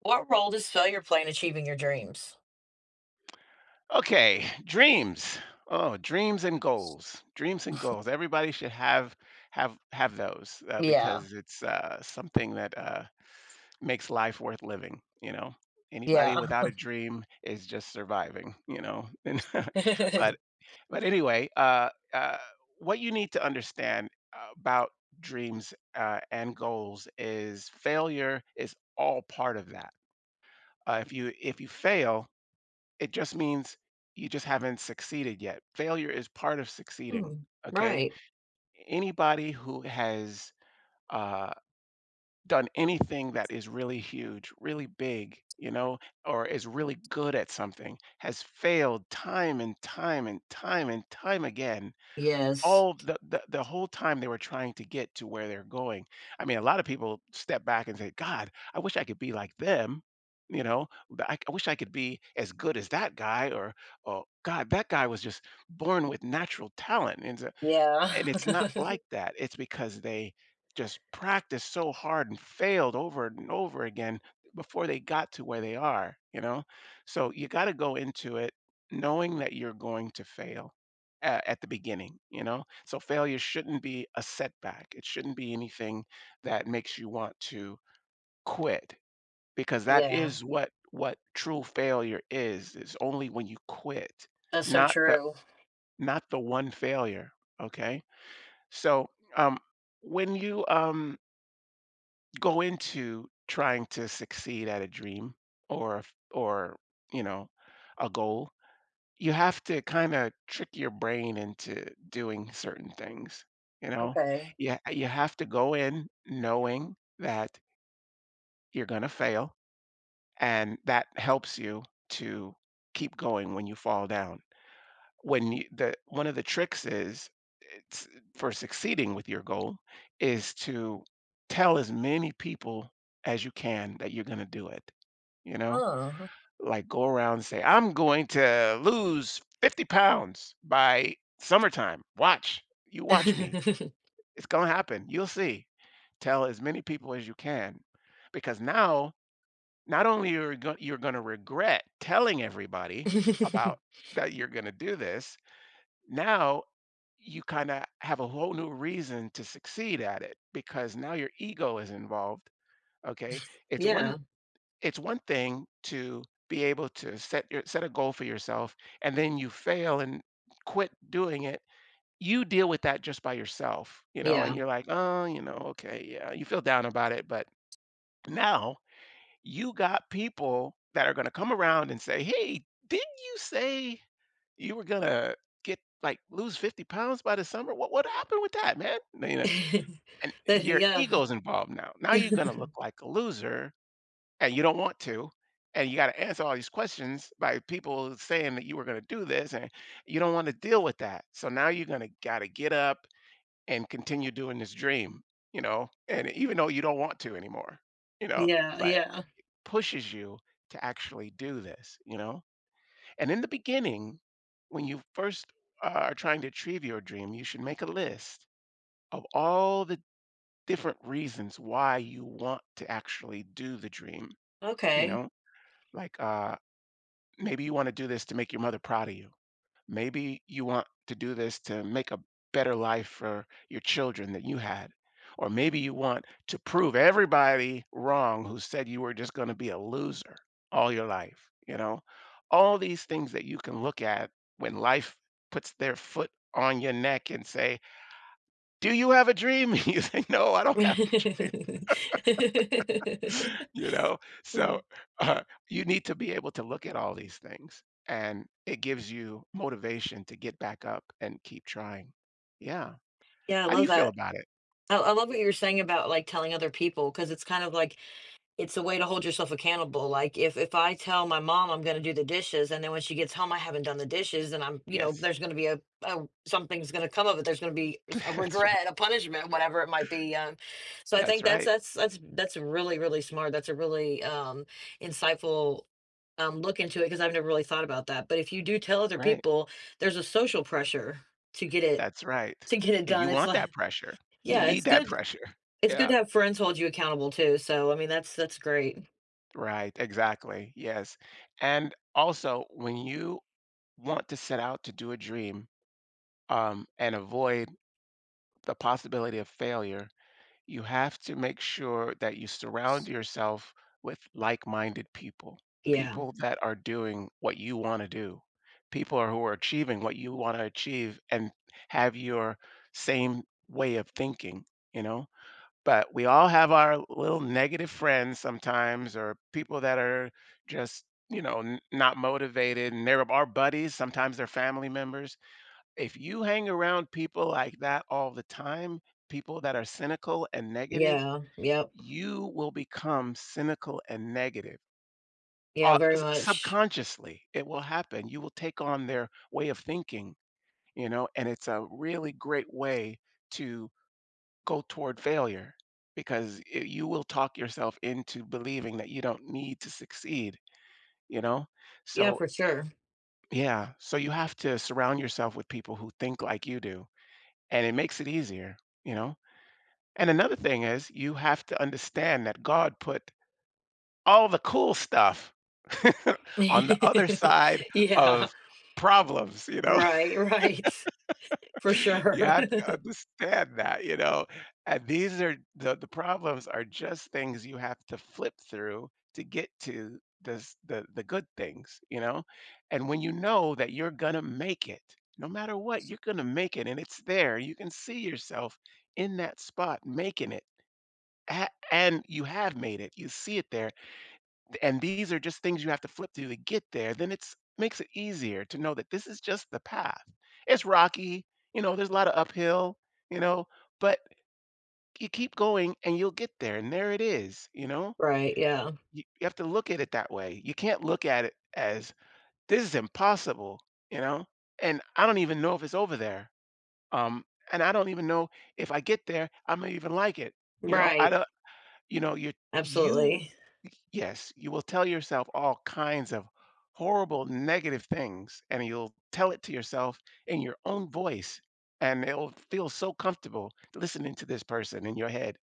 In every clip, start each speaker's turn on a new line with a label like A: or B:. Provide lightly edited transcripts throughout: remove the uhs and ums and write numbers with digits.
A: What role does failure play in achieving your dreams?
B: Okay, dreams. Oh, dreams and goals. Dreams and goals. Everybody should have those
A: Yeah,
B: because it's something that makes life worth living. You know, anybody
A: yeah.
B: without a dream is just surviving. You know, and but but anyway, what you need to understand about dreams and goals is failure is all part of that. If you fail, it just means you just haven't succeeded yet. Failure is part of succeeding,
A: Mm,
B: okay?
A: right.
B: Anybody who has uh, done anything that is really huge, really big, you know, or is really good at something has failed time and time and time and time again
A: Yes.
B: all the whole time they were trying to get to where they're going. I mean, a lot of people step back and say, "God, I wish I could be like them." You know, "I wish I could be as good as that guy, or oh God, that guy was just born with natural talent. And so,
A: Yeah.
B: and it's not like that. It's because they just practiced so hard and failed over and over again before they got to where they are, you know? So you got to go into it knowing that you're going to fail at the beginning, you know? So failure shouldn't be a setback. It shouldn't be anything that makes you want to quit because that
A: Yeah,
B: is what true failure is. It's only when you quit,
A: that's so
B: not the
A: true.
B: not the one failure, okay? So, um, when you um, go into trying to succeed at a dream or or you know a goal, you have to kind of trick your brain into doing certain things. You know,
A: Okay.
B: you have to go in knowing that you're gonna fail, and that helps you to keep going when you fall down. When you the one of the tricks is it's for succeeding with your goal is to tell as many people as you can that you're going to do it, you know,
A: Oh.
B: like go around and say, I'm going to lose 50 pounds by summertime. Watch you, watch me, it's going to happen, you'll see. Tell as many people as you can, because now not only you're going to regret telling everybody about that you're going to do this. Now you kind of have a whole new reason to succeed at it because now your ego is involved, okay? it's one
A: Yeah,
B: it's one thing to be able to set a goal for yourself and then you fail and quit doing it. You deal with that just by yourself, you know, and
A: yeah.
B: you're like, oh, you know, okay, yeah, you feel down about it. But now you got people that are going to come around and say, hey, did you say you were gonna, get like, lose 50 pounds by the summer? What happened with that, man? You know, and
A: That
B: your
A: Yeah.
B: ego's involved now. Now you're gonna look like a loser, and you don't want to, and you gotta answer all these questions by people saying that you were gonna do this, and you don't wanna deal with that. So now you're gonna gotta get up and continue doing this dream, you know, and even though you don't want to anymore, you know,
A: Yeah,
B: but
A: yeah.
B: pushes you to actually do this, you know? And in the beginning, when you first are trying to achieve your dream, you should make a list of all the different reasons why you want to actually do the dream. You
A: Okay.
B: know, like maybe you want to do this to make your mother proud of you. Maybe you want to do this to make a better life for your children than you had. Or maybe you want to prove everybody wrong who said you were just going to be a loser all your life. You know, all these things that you can look at when life puts their foot on your neck and say, do you have a dream? You say, no, I don't have a dream. You know, so uh, you need to be able to look at all these things and it gives you motivation to get back up and keep trying, yeah.
A: Yeah, I
B: How do
A: love
B: you feel
A: that.
B: about it?
A: I love what you were saying about, like, telling other people because it's kind of like it's a way to hold yourself accountable. Like, if I tell my mom I'm going to do the dishes, and then when she gets home I haven't done the dishes, and I'm,
B: Yes.
A: there's going to be a, something's going to come of it. There's going to be a
B: That's right.
A: regret, a punishment, whatever it might be. So I
B: That's
A: think that's
B: right.
A: that's that's that's really really smart. That's a really insightful. Look into it because I've never really thought about that. But if you do tell other
B: Right.
A: people, there's a social pressure to get it
B: That's right.
A: to get it
B: And you
A: done. It's
B: want
A: like,
B: that pressure, you
A: yeah,
B: need
A: it's
B: that
A: good.
B: pressure.
A: It's good
B: Yeah.
A: to have friends hold you accountable too. So I mean, that's great.
B: Right, exactly, yes. And also when you want to set out to do a dream, and avoid the possibility of failure, you have to make sure that you surround yourself with like-minded people,
A: Yeah.
B: people that are doing what you want to do, who are achieving what you want to achieve and have your same way of thinking, you know? But we all have our little negative friends sometimes, or people that are just, you know, not motivated and they're our buddies, sometimes they're family members. If you hang around people like that all the time, people that are cynical and negative,
A: Yeah, yep,
B: you will become cynical and negative.
A: yeah, very much.
B: Subconsciously, it will happen. You will take on their way of thinking, you know, and it's a really great way to go toward failure because it, you will talk yourself into believing that you don't need to succeed, you know?
A: Yeah,
B: So,
A: for sure.
B: yeah, so you have to surround yourself with people who think like you do, and it makes it easier, you know? And another thing is you have to understand that God put all the cool stuff on the other side
A: Yeah,
B: of problems, you know?
A: right, right, for
B: You
A: sure.
B: have to understand that, you know? And these are the problems are just things you have to flip through to get to this, the good things, you know? And when you know that you're going to make it, no matter what, you're going to make it and it's there. You can see yourself in that spot making it. A and you have made it, you see it there, and these are just things you have to flip through to get there, then it's makes it easier to know that this is just the path. It's rocky, you know, there's a lot of uphill, you know, but you keep going and you'll get there, and there it is, you know?
A: Right, yeah,
B: You have to look at it that way. You can't look at it as, "This is impossible," you know? And I don't even know if it's over there, um, and I don't even know if I get there, I'm gonna even like it, you know? I
A: right,
B: don't you know, you
A: absolutely.
B: Yes, you will tell yourself all kinds of horrible negative things and you'll tell it to yourself in your own voice, and it'll feel so comfortable listening to this person in your head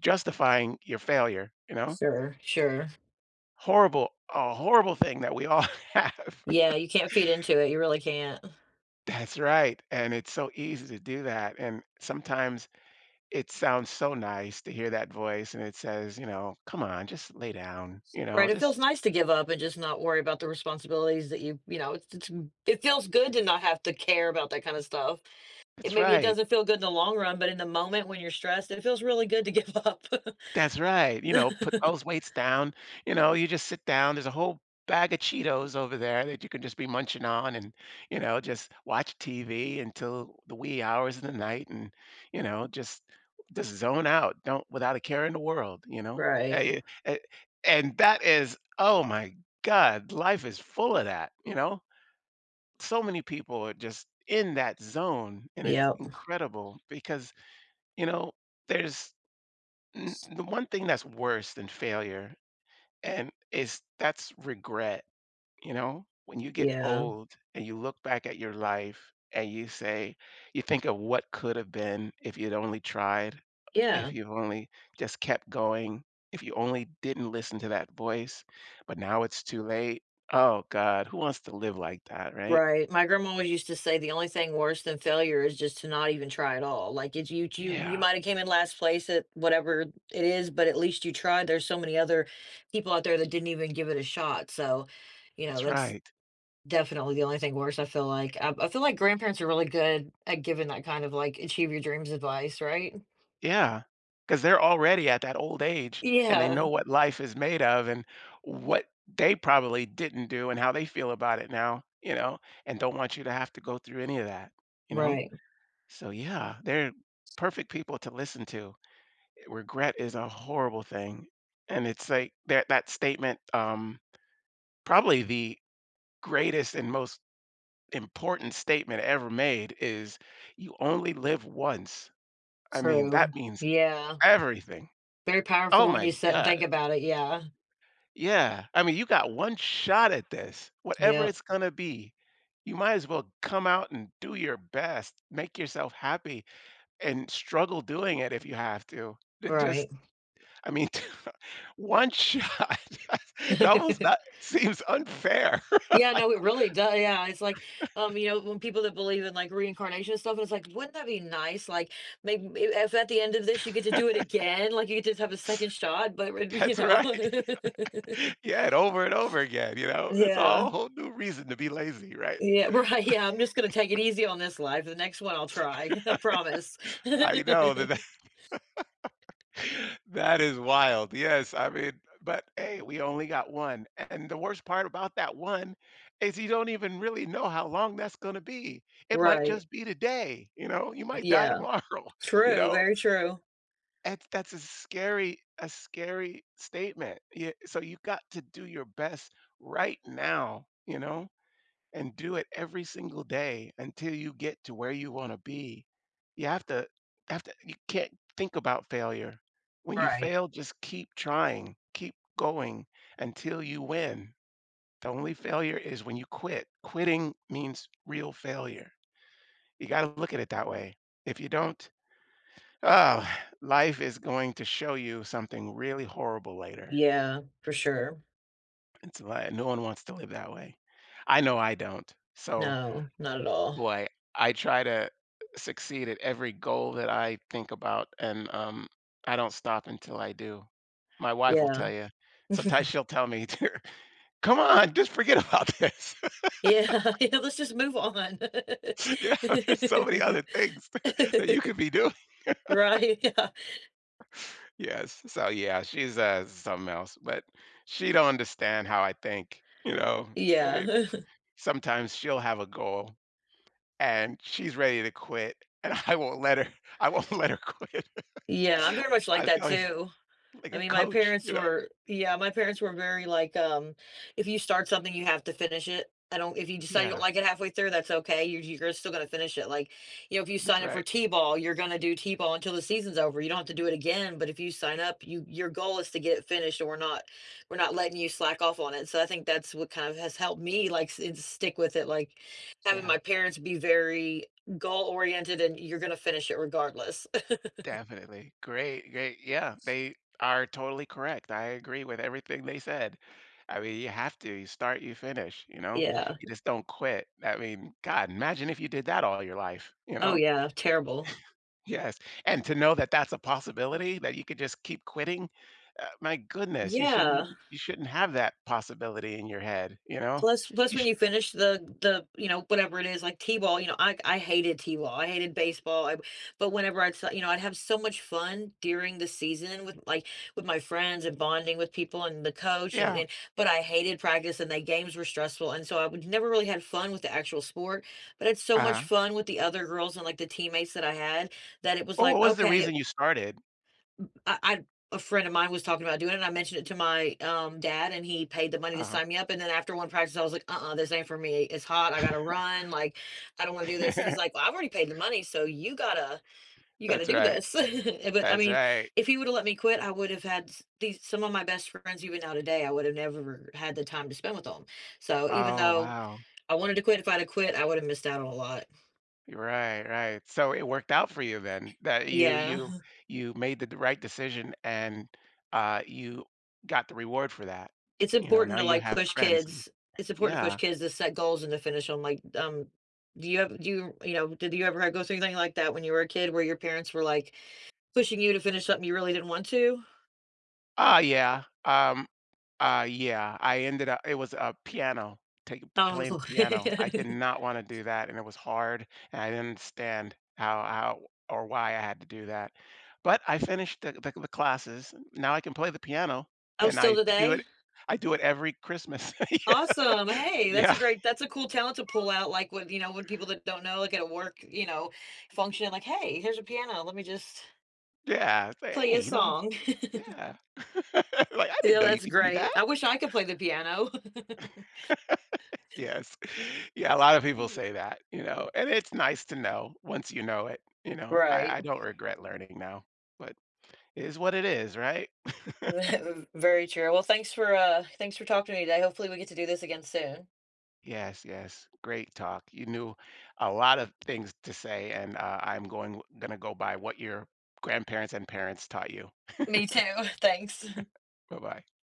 B: justifying your failure, you know?
A: Sure, sure.
B: Horrible, a horrible thing that we all have.
A: Yeah, you can't feed into it, you really can't.
B: That's right. And it's so easy to do that. And sometimes it sounds so nice to hear that voice and it says, you know, come on, just lay down, you know,
A: Right, it
B: just,
A: feels nice to give up and just not worry about the responsibilities that you, it feels good to not have to care about that kind of stuff. It
B: that's
A: Maybe it
B: right.
A: doesn't feel good in the long run, but in the moment when you're stressed, it feels really good to give up.
B: That's right, you know, put those weights down, you know, you just sit down, there's a whole bag of Cheetos over there that you can just be munching on and, you know, just watch TV until the wee hours of the night and, you know, just zone out, don't without a care in the world, you know?
A: Right,
B: Eh, eh, and that is, oh my god, life is full of that, you know? So many people are just in that zone, and it's
A: yep.
B: incredible because, you know, there's N the one thing that's worse than failure and is that's regret, you know? When you get
A: Yeah,
B: old and you look back at your life and you say, you think of what could have been if you'd only tried, if
A: yeah,
B: you've only just kept going, if you only didn't listen to that voice, but now it's too late. Oh god, who wants to live like that, right?
A: right. My grandma always used to say the only thing worse than failure is just to not even try at all. Like, it's you you you
B: Yeah,
A: might have came in last place at whatever it is, but at least you tried. There's so many other people out there that didn't even give it a shot. So,
B: that's
A: that's
B: right.
A: definitely the only thing worse. I feel like grandparents are really good at giving that kind of like achieve your dreams advice, right?
B: Yeah, because 'cause they're already at that old age, and they
A: Yeah,
B: know what life is made of and what they probably didn't do and how they feel about it now, you know, and don't want you to have to go through any of that, you know?
A: right.
B: So, yeah, they're perfect people to listen to. Regret is a horrible thing, and it's like that statement, probably the greatest and most important statement ever made is, "You only live once." I mean, that
A: True.
B: means
A: Yeah.
B: everything.
A: Very
B: Oh
A: powerful when
B: my
A: you sit and think
B: god.
A: about it. Yeah.
B: Yeah, I mean, you got one shot at this, whatever
A: Yep.
B: it's gonna be. You might as well come out and do your best, make yourself happy, and struggle doing it if you have to. It just,
A: Right.
B: I mean, one shot. It almost not seems unfair.
A: Yeah,
B: Like,
A: no, it really does, yeah, it's like, when people that believe in, like, reincarnation and stuff, and it's like, wouldn't that be nice, like, maybe if at the end of this you get to do it again, like, you get to have a second shot, but you
B: that's
A: know?
B: right. Yeah, and over again, you know? It's
A: Yeah,
B: all a whole new reason to be lazy, right?
A: yeah, right, yeah, I'm just gonna take it easy on this life, the next one I'll try, I promise.
B: I know that. That is wild. Yes, I mean, but hey, we only got one. And the worst part about that one is you don't even really know how long that's going to be. It might
A: Right,
B: just be today, you know, you might die
A: yeah,
B: tomorrow, you
A: true,
B: know?
A: very true.
B: And that's a scary statement. Yeah, so you got to do your best right now, you know? And do it every single day until you get to where you want to be. You have to you can't think about failure. When you
A: Right,
B: fail, just keep trying, keep going until you win. The only failure is when you quit. Quitting means real failure. You got to look at it that way. If you don't, oh, life is going to show you something really horrible later.
A: yeah, for sure.
B: It's like no one wants to live that way. I know I don't. So
A: No, not at all,
B: boy, I try to succeed at every goal that I think about, and I don't stop until I do. My wife will
A: yeah.
B: tell you. Sometimes she'll tell me, "Come on, just forget about this."
A: Yeah, yeah, let's just move on.
B: Yeah, there's so many other things that you could be doing.
A: Right, yeah,
B: Yes, so yeah, she's something else, but she don't understand how I think. You know, Eh,
A: yeah,
B: sometimes she'll have a goal and she's ready to quit, and I won't let her. I won't let her quit.
A: yeah, I'm very much like
B: I
A: that
B: tell you.
A: too.
B: Like
A: I
B: a
A: mean, my
B: coach, you
A: parents
B: know?
A: were, yeah, my parents were very like, if you start something, you have to finish it. I don't, if you decide you don't
B: Yeah,
A: like it halfway through, that's okay. You're still going to finish it. Like, you know, if you
B: that's
A: sign up
B: right.
A: for T-ball, you're going to do T-ball until the season's over. You don't have to do it again. But if you sign up, your goal is to get it finished and we're not letting you slack off on it. So I think that's what kind of has helped me like and stick with it. Like having
B: Yeah,
A: my parents be very goal oriented and you're going to finish it regardless.
B: definitely. Great, great. Yeah, they are totally correct. I agree with everything they said. I mean, you have to. You start, you finish, you know?
A: Yeah.
B: You just don't quit. I mean, God, imagine if you did that all your life, you
A: Oh
B: know?
A: yeah. Terrible.
B: Yes. And to know that that's a possibility that you could just keep quitting, my goodness, you shouldn't
A: Yeah.
B: have that possibility in your head, you know?
A: Plus,
B: You
A: when
B: should
A: you finish the whatever it is, like T-ball, I hated T-ball, I hated baseball, I but whenever I'd saw, I'd have so much fun during the season with, like, with my friends and bonding with people and the coach
B: yeah.
A: and but I hated practice and the games were stressful, and so I would never really had fun with the actual sport, but I had so much
B: Uh-huh.
A: fun with the other girls and, like, the teammates that I had that it was
B: Well, what
A: like,
B: was the
A: "Okay,
B: reason you started?
A: I a friend of mine was talking about doing it, and I mentioned it to my, dad, and he paid the money to
B: Uh-huh.
A: sign me up, and then after one practice, I was like, "Uh-uh, this ain't for me. It's hot, I gotta run, like, I don't wanna do this," and he's like, "Well, I've already paid the money, so you gotta
B: That's
A: do
B: right.
A: this." But, I
B: That's
A: mean,
B: right.
A: if he would've let me quit, I would've had s these some of my best friends even now today, I would've never had the time to spend with them. So, even
B: Oh,
A: though
B: wow.
A: I wanted to quit, if I'd have quit, I would've missed out on a lot.
B: Right, right. So it worked out for you then that you
A: Yeah.
B: you you made the right decision and you got the reward for that.
A: It's
B: You know,
A: important
B: now
A: to
B: you
A: like
B: have
A: push
B: friends and
A: kids. It's important to push
B: yeah.
A: kids to set goals and to finish them. Like, do you have do you you know did you ever go through anything like that when you were a kid where your parents were like pushing you to finish something you really didn't want to?
B: Ah, yeah. Yeah, I ended up it was a piano, take
A: Oh,
B: playing piano. I did not wanna do that, and it was hard, and I didn't understand how or why I had to do that. But I finished the classes. Now I can play the piano,
A: oh,
B: and
A: still today.
B: I do it every Christmas.
A: Awesome.
B: Yeah,
A: Hey,
B: yeah,
A: that's a cool talent to pull out. Like what, when people that don't know, like at a work, function, like, hey, here's a piano. Let me just
B: yeah. It's like,
A: play
B: "Hey,
A: a
B: you know."
A: song.
B: Yeah. Like, "I didn't
A: Yeah,
B: know you
A: that's
B: could do that."
A: great. I wish I could play the piano.
B: Yes. Yeah, a lot of people say that, you know, and it's nice to know once you know it, you know? I
A: Right.
B: I don't regret learning now, but is what it is, right?
A: Very true. Well, thanks for talking to me today. Hopefully we get to do this again soon.
B: Yes, yes. Great talk. You knew a lot of things to say, and I'm going gonna go by what your grandparents and parents taught you.
A: Me too. Thanks.
B: Bye bye.